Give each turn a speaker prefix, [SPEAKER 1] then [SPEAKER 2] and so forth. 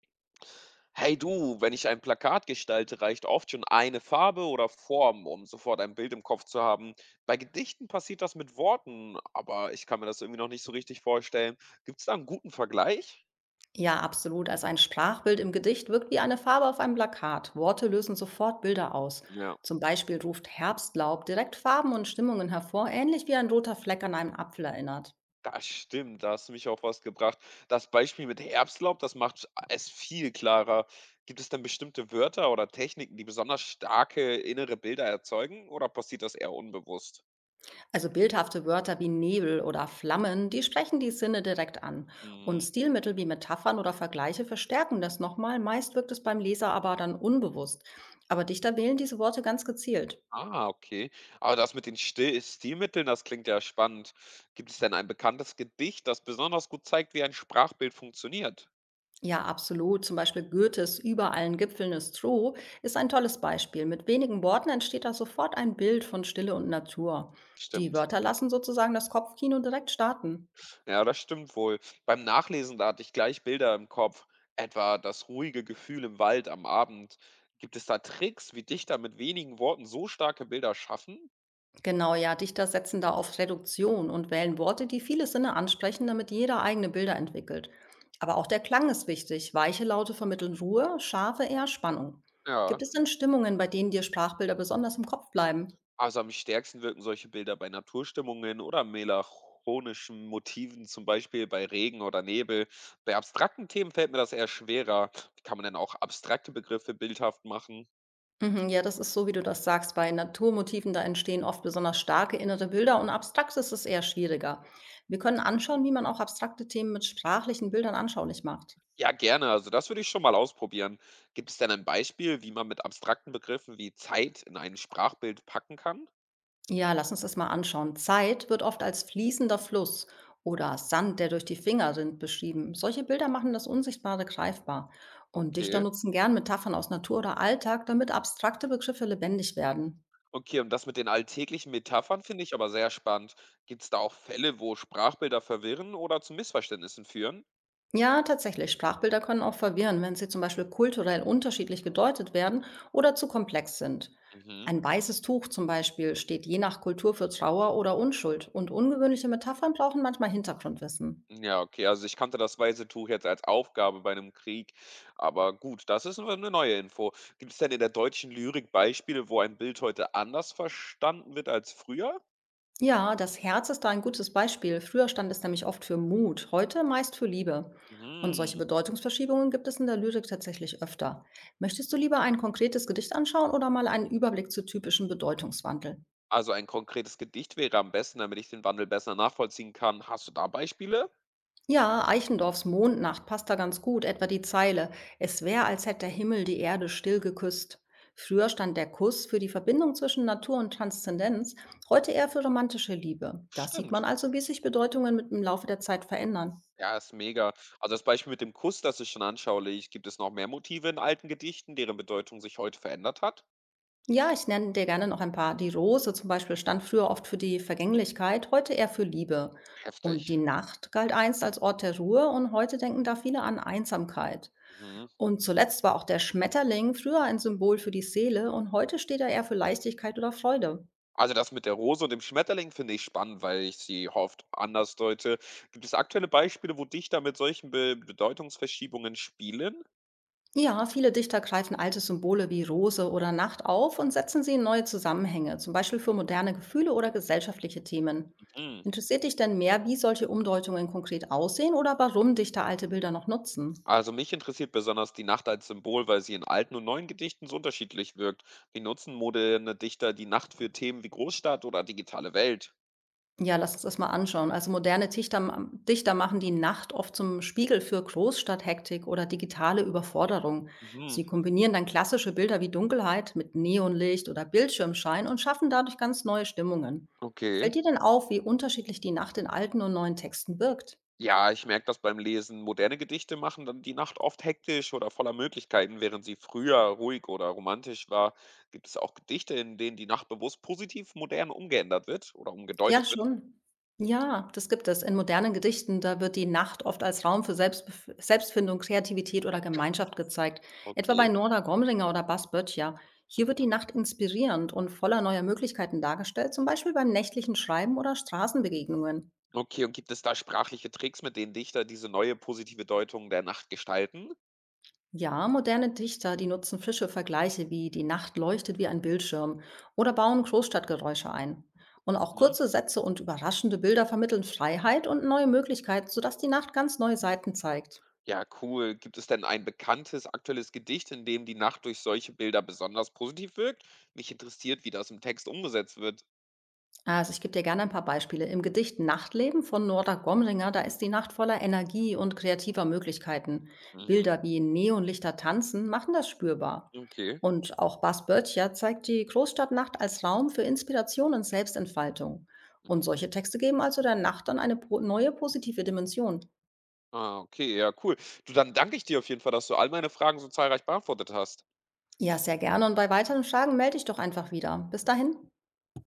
[SPEAKER 1] Hey du, wenn ich ein Plakat gestalte, reicht oft schon eine Farbe oder Form, um sofort ein Bild im Kopf zu haben. Bei Gedichten passiert das mit Worten, aber ich kann mir das irgendwie noch nicht so richtig vorstellen. Gibt es da einen guten Vergleich?
[SPEAKER 2] Ja, absolut. Also ein Sprachbild im Gedicht wirkt wie eine Farbe auf einem Plakat. Worte lösen sofort Bilder aus.
[SPEAKER 1] Ja,
[SPEAKER 2] Zum Beispiel ruft Herbstlaub direkt Farben und Stimmungen hervor, ähnlich wie ein roter Fleck an einem Apfel erinnert.
[SPEAKER 1] das stimmt, da hast du mich auf was gebracht. Das Beispiel mit Herbstlaub, das macht es viel klarer. Gibt es denn bestimmte Wörter oder Techniken, die besonders starke innere Bilder erzeugen, oder passiert das eher unbewusst?
[SPEAKER 2] Also bildhafte Wörter wie Nebel oder Flammen, die sprechen die Sinne direkt an. Und Stilmittel wie Metaphern oder Vergleiche verstärken das nochmal. Meist wirkt es beim Leser aber dann unbewusst. Aber Dichter wählen diese Worte ganz gezielt.
[SPEAKER 1] Ah, okay. Aber das mit den Still Stilmitteln, das klingt ja spannend. Gibt es denn ein bekanntes Gedicht, das besonders gut zeigt, wie ein Sprachbild funktioniert?
[SPEAKER 2] Ja, absolut. Zum Beispiel Goethes Über allen Gipfeln ist True ist ein tolles Beispiel. Mit wenigen Worten entsteht da sofort ein Bild von Stille und Natur. Die
[SPEAKER 1] Stimmt.
[SPEAKER 2] Wörter lassen sozusagen das Kopfkino direkt starten.
[SPEAKER 1] Ja, das stimmt wohl. Beim Nachlesen, da hatte ich gleich Bilder im Kopf. Etwa das ruhige Gefühl im Wald am Abend. Gibt es da Tricks, wie Dichter mit wenigen Worten so starke Bilder schaffen?
[SPEAKER 2] Genau, ja, Dichter setzen da auf Reduktion und wählen Worte, die viele Sinne ansprechen, damit jeder eigene Bilder entwickelt. Aber auch der Klang ist wichtig. Weiche Laute vermitteln Ruhe, scharfe eher Spannung.
[SPEAKER 1] Ja.
[SPEAKER 2] Gibt es denn Stimmungen, bei denen dir Sprachbilder besonders im Kopf bleiben?
[SPEAKER 1] Also, am stärksten wirken solche Bilder bei Naturstimmungen oder melancholischen Motiven, zum Beispiel bei Regen oder Nebel. Bei abstrakten Themen fällt mir das eher schwerer. Wie kann man denn auch abstrakte Begriffe bildhaft machen?
[SPEAKER 2] Mhm, ja, das ist so, wie du das sagst. Bei Naturmotiven, da entstehen oft besonders starke innere Bilder und abstrakt ist es eher schwieriger. Wir können anschauen, wie man auch abstrakte Themen mit sprachlichen Bildern anschaulich macht.
[SPEAKER 1] Ja, gerne. Also, das würde ich schon mal ausprobieren. Gibt es denn ein Beispiel, wie man mit abstrakten Begriffen wie Zeit in ein Sprachbild packen kann?
[SPEAKER 2] Ja, lass uns das mal anschauen. Zeit wird oft als fließender Fluss oder Sand, der durch die Finger rinnt, beschrieben. Solche Bilder machen das Unsichtbare greifbar. Und Dichter
[SPEAKER 1] Okay.
[SPEAKER 2] nutzen gern Metaphern aus Natur oder Alltag, damit abstrakte Begriffe lebendig werden.
[SPEAKER 1] Okay, und das mit den alltäglichen Metaphern finde ich aber sehr spannend. Gibt es da auch Fälle, wo Sprachbilder verwirren oder zu Missverständnissen führen?
[SPEAKER 2] Ja, tatsächlich. Sprachbilder können auch verwirren, wenn sie zum Beispiel kulturell unterschiedlich gedeutet werden oder zu komplex sind.
[SPEAKER 1] Mhm.
[SPEAKER 2] Ein weißes Tuch zum Beispiel steht je nach Kultur für Trauer oder Unschuld und ungewöhnliche Metaphern brauchen manchmal Hintergrundwissen.
[SPEAKER 1] Ja, okay, also ich kannte das weiße Tuch jetzt als Aufgabe bei einem Krieg, aber gut, das ist eine neue Info. Gibt es denn in der deutschen Lyrik Beispiele, wo ein Bild heute anders verstanden wird als früher?
[SPEAKER 2] Ja, das Herz ist da ein gutes Beispiel. Früher stand es nämlich oft für Mut, heute meist für Liebe. Und solche
[SPEAKER 1] Mhm.
[SPEAKER 2] Bedeutungsverschiebungen gibt es in der Lyrik tatsächlich öfter. Möchtest du lieber ein konkretes Gedicht anschauen oder mal einen Überblick zu typischen Bedeutungswandel?
[SPEAKER 1] Also ein konkretes Gedicht wäre am besten, damit ich den Wandel besser nachvollziehen kann. Hast du da Beispiele?
[SPEAKER 2] Ja, Eichendorffs Mondnacht passt da ganz gut, etwa die Zeile: „Es wäre, als hätte der Himmel die Erde still geküsst.“ Früher stand der Kuss für die Verbindung zwischen Natur und Transzendenz, heute eher für romantische Liebe. Das sieht man
[SPEAKER 1] Stimmt.
[SPEAKER 2] also, wie sich Bedeutungen mit dem Laufe der Zeit verändern.
[SPEAKER 1] Ja, ist mega. Also das Beispiel mit dem Kuss, das ist schon anschaulich. Gibt es noch mehr Motive in alten Gedichten, deren Bedeutung sich heute verändert hat?
[SPEAKER 2] Ja, ich nenne dir gerne noch ein paar. Die Rose zum Beispiel stand früher oft für die Vergänglichkeit, heute eher für Liebe. Und
[SPEAKER 1] Heftig.
[SPEAKER 2] die Nacht galt einst als Ort der Ruhe und heute denken da viele an Einsamkeit.
[SPEAKER 1] Mhm.
[SPEAKER 2] Und zuletzt war auch der Schmetterling früher ein Symbol für die Seele und heute steht er eher für Leichtigkeit oder Freude.
[SPEAKER 1] Also das mit der Rose und dem Schmetterling finde ich spannend, weil ich sie oft anders deute. Gibt es aktuelle Beispiele, wo Dichter mit solchen Be Bedeutungsverschiebungen spielen?
[SPEAKER 2] Ja, viele Dichter greifen alte Symbole wie Rose oder Nacht auf und setzen sie in neue Zusammenhänge, zum Beispiel für moderne Gefühle oder gesellschaftliche Themen.
[SPEAKER 1] Mhm.
[SPEAKER 2] Interessiert dich denn mehr, wie solche Umdeutungen konkret aussehen oder warum Dichter alte Bilder noch nutzen?
[SPEAKER 1] Also mich interessiert besonders die Nacht als Symbol, weil sie in alten und neuen Gedichten so unterschiedlich wirkt. Wie nutzen moderne Dichter die Nacht für Themen wie Großstadt oder digitale Welt?
[SPEAKER 2] Ja, lass uns das mal anschauen. Also moderne Dichter machen die Nacht oft zum Spiegel für Großstadthektik oder digitale Überforderung.
[SPEAKER 1] Mhm.
[SPEAKER 2] Sie kombinieren dann klassische Bilder wie Dunkelheit mit Neonlicht oder Bildschirmschein und schaffen dadurch ganz neue Stimmungen.
[SPEAKER 1] Okay.
[SPEAKER 2] Fällt dir denn auf, wie unterschiedlich die Nacht in alten und neuen Texten wirkt?
[SPEAKER 1] Ja, ich merke das beim Lesen. Moderne Gedichte machen dann die Nacht oft hektisch oder voller Möglichkeiten, während sie früher ruhig oder romantisch war. Gibt es auch Gedichte, in denen die Nacht bewusst positiv modern umgeändert wird oder umgedeutet
[SPEAKER 2] Ja,
[SPEAKER 1] wird?
[SPEAKER 2] schon. Ja, das gibt es. In modernen Gedichten, da wird die Nacht oft als Raum für Selbstbef Selbstfindung, Kreativität oder Gemeinschaft gezeigt. Etwa
[SPEAKER 1] Okay.
[SPEAKER 2] bei Norda Gomringer oder Bas Böttcher. Hier wird die
[SPEAKER 1] Mhm.
[SPEAKER 2] Nacht inspirierend und voller neuer Möglichkeiten dargestellt, zum Beispiel beim nächtlichen Schreiben oder Straßenbegegnungen.
[SPEAKER 1] Okay, und gibt es da sprachliche Tricks, mit denen Dichter diese neue positive Deutung der Nacht gestalten?
[SPEAKER 2] Ja, moderne Dichter, die nutzen frische Vergleiche wie die Nacht leuchtet wie ein Bildschirm oder bauen Großstadtgeräusche ein. Und auch
[SPEAKER 1] Mhm.
[SPEAKER 2] kurze Sätze und überraschende Bilder vermitteln Freiheit und neue Möglichkeiten, sodass die Nacht ganz neue Seiten zeigt.
[SPEAKER 1] Ja, cool. Gibt es denn ein bekanntes, aktuelles Gedicht, in dem die Nacht durch solche Bilder besonders positiv wirkt? Mich interessiert, wie das im Text umgesetzt wird.
[SPEAKER 2] Also ich gebe dir gerne ein paar Beispiele. Im Gedicht Nachtleben von Norda Gomringer, da ist die Nacht voller Energie und kreativer Möglichkeiten.
[SPEAKER 1] Mhm.
[SPEAKER 2] Bilder wie Neonlichter tanzen machen das spürbar.
[SPEAKER 1] Okay.
[SPEAKER 2] Und auch Bas Böttcher zeigt die Großstadtnacht als Raum für Inspiration und Selbstentfaltung. Und solche Texte geben also der Nacht dann eine neue positive Dimension.
[SPEAKER 1] Ah, okay, ja cool. Du, dann danke ich dir auf jeden Fall, dass du all meine Fragen so zahlreich beantwortet hast.
[SPEAKER 2] Ja, sehr gerne. Und bei weiteren Fragen melde ich doch einfach wieder. Bis dahin.